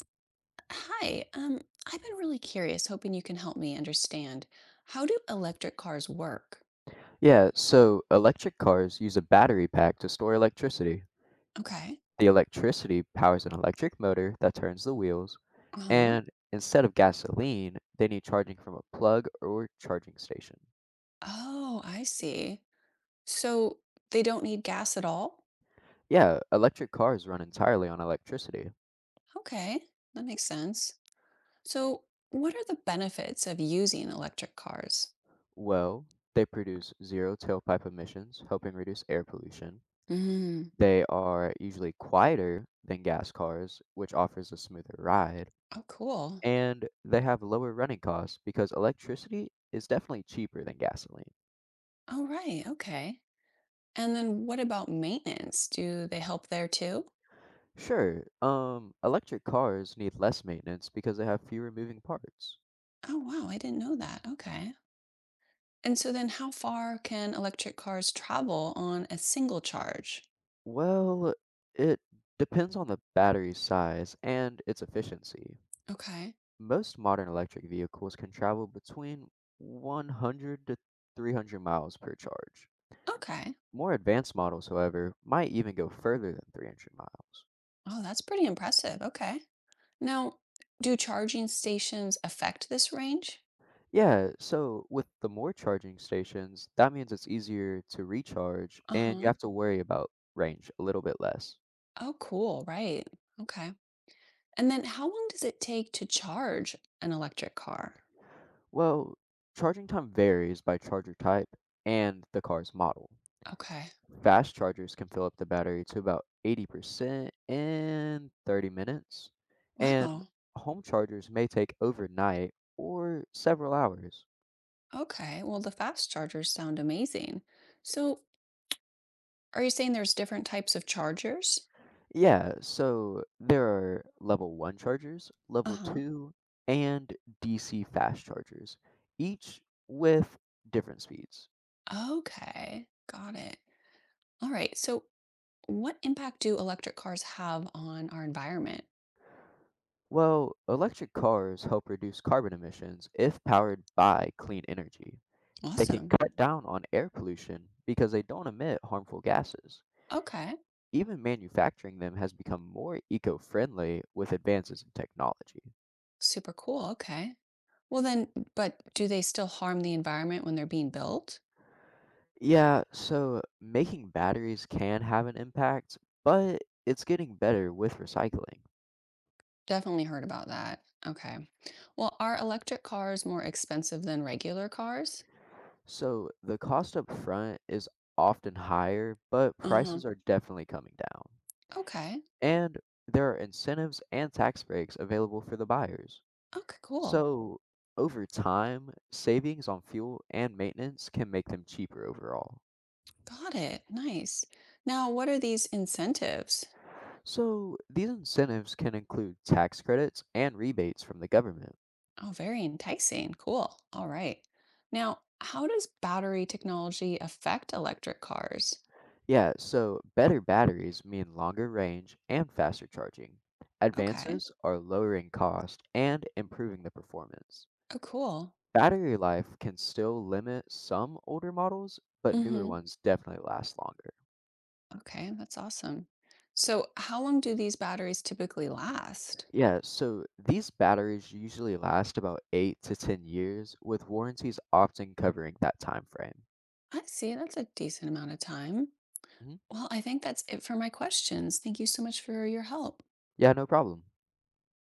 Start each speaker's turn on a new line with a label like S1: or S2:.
S1: Hi, I've been really curious, hoping you can help me understand. How do electric cars work?
S2: Yeah, so electric cars use a battery pack to store electricity.
S1: Okay.
S2: The electricity powers an electric motor that turns the wheels,
S1: Uh-huh.
S2: and instead of gasoline, they need charging from a plug or charging station.
S1: Oh, I see. So they don't need gas at all?
S2: Yeah, electric cars run entirely on electricity.
S1: Okay, that makes sense. So what are the benefits of using electric cars?
S2: Well, they produce zero tailpipe emissions, helping reduce air pollution.
S1: Mm.
S2: They are usually quieter than gas cars, which offers a smoother ride,
S1: Oh, cool.
S2: and they have lower running costs because electricity is definitely cheaper than gasoline.
S1: All right, okay. And then what about maintenance? Do they help there too?
S2: Sure, electric cars need less maintenance because they have fewer moving parts.
S1: Oh, wow, I didn't know that. Okay. And so then how far can electric cars travel on a single charge?
S2: Well, it depends on the battery size and its efficiency.
S1: Okay.
S2: Most modern electric vehicles can travel between 100 to 300 miles per charge.
S1: Okay.
S2: More advanced models, however, might even go further than 300 miles.
S1: Oh, that's pretty impressive. Okay. Now, do charging stations affect this range?
S2: Yeah, so with the more charging stations, that means it's easier to recharge and you
S1: Uh-huh.
S2: have to worry about range a little bit less.
S1: Oh, cool. Right. Okay. And then how long does it take to charge an electric car?
S2: Well, charging time varies by charger type and the car's model.
S1: Okay.
S2: Fast chargers can fill up the battery to about 80% in 30 minutes, and
S1: Wow.
S2: home chargers may take overnight or several hours.
S1: Okay. Well, the fast chargers sound amazing. So, are you saying there's different types of chargers?
S2: Yeah, so there are level 1 chargers, level
S1: Uh-huh.
S2: 2, and DC fast chargers, each with different speeds.
S1: Okay. Got it. All right. So, what impact do electric cars have on our environment?
S2: Well, electric cars help reduce carbon emissions if powered by clean energy. They can
S1: Awesome.
S2: cut down on air pollution because they don't emit harmful gases.
S1: Okay.
S2: Even manufacturing them has become more eco friendly with advances in technology.
S1: Super cool. Okay. Well, then, but do they still harm the environment when they're being built?
S2: Yeah, so making batteries can have an impact, but it's getting better with recycling.
S1: Definitely heard about that. Okay. Well, are electric cars more expensive than regular cars?
S2: So the cost up front is often higher, but
S1: Uh-huh.
S2: prices are definitely coming down.
S1: Okay.
S2: And there are incentives and tax breaks available for the buyers.
S1: Okay, cool.
S2: So over time, savings on fuel and maintenance can make them cheaper overall.
S1: Got it. Nice. Now, what are these incentives?
S2: So these incentives can include tax credits and rebates from the government.
S1: Oh, very enticing. Cool. All right. Now, how does battery technology affect electric cars?
S2: Yeah, so better batteries mean longer range and faster charging.
S1: Okay.
S2: Advances are lowering cost and improving the performance.
S1: Oh, cool.
S2: Battery life can still limit some older models, but newer
S1: Hmm.
S2: ones definitely last longer.
S1: Okay, that's awesome. So, how long do these batteries typically last?
S2: Yeah, so these batteries usually last about 8 to 10 years, with warranties often covering that time frame.
S1: I see, that's a decent amount of time.
S2: Hmm.
S1: Well, I think that's it for my questions. Thank you so much for your help.
S2: Yeah, no problem.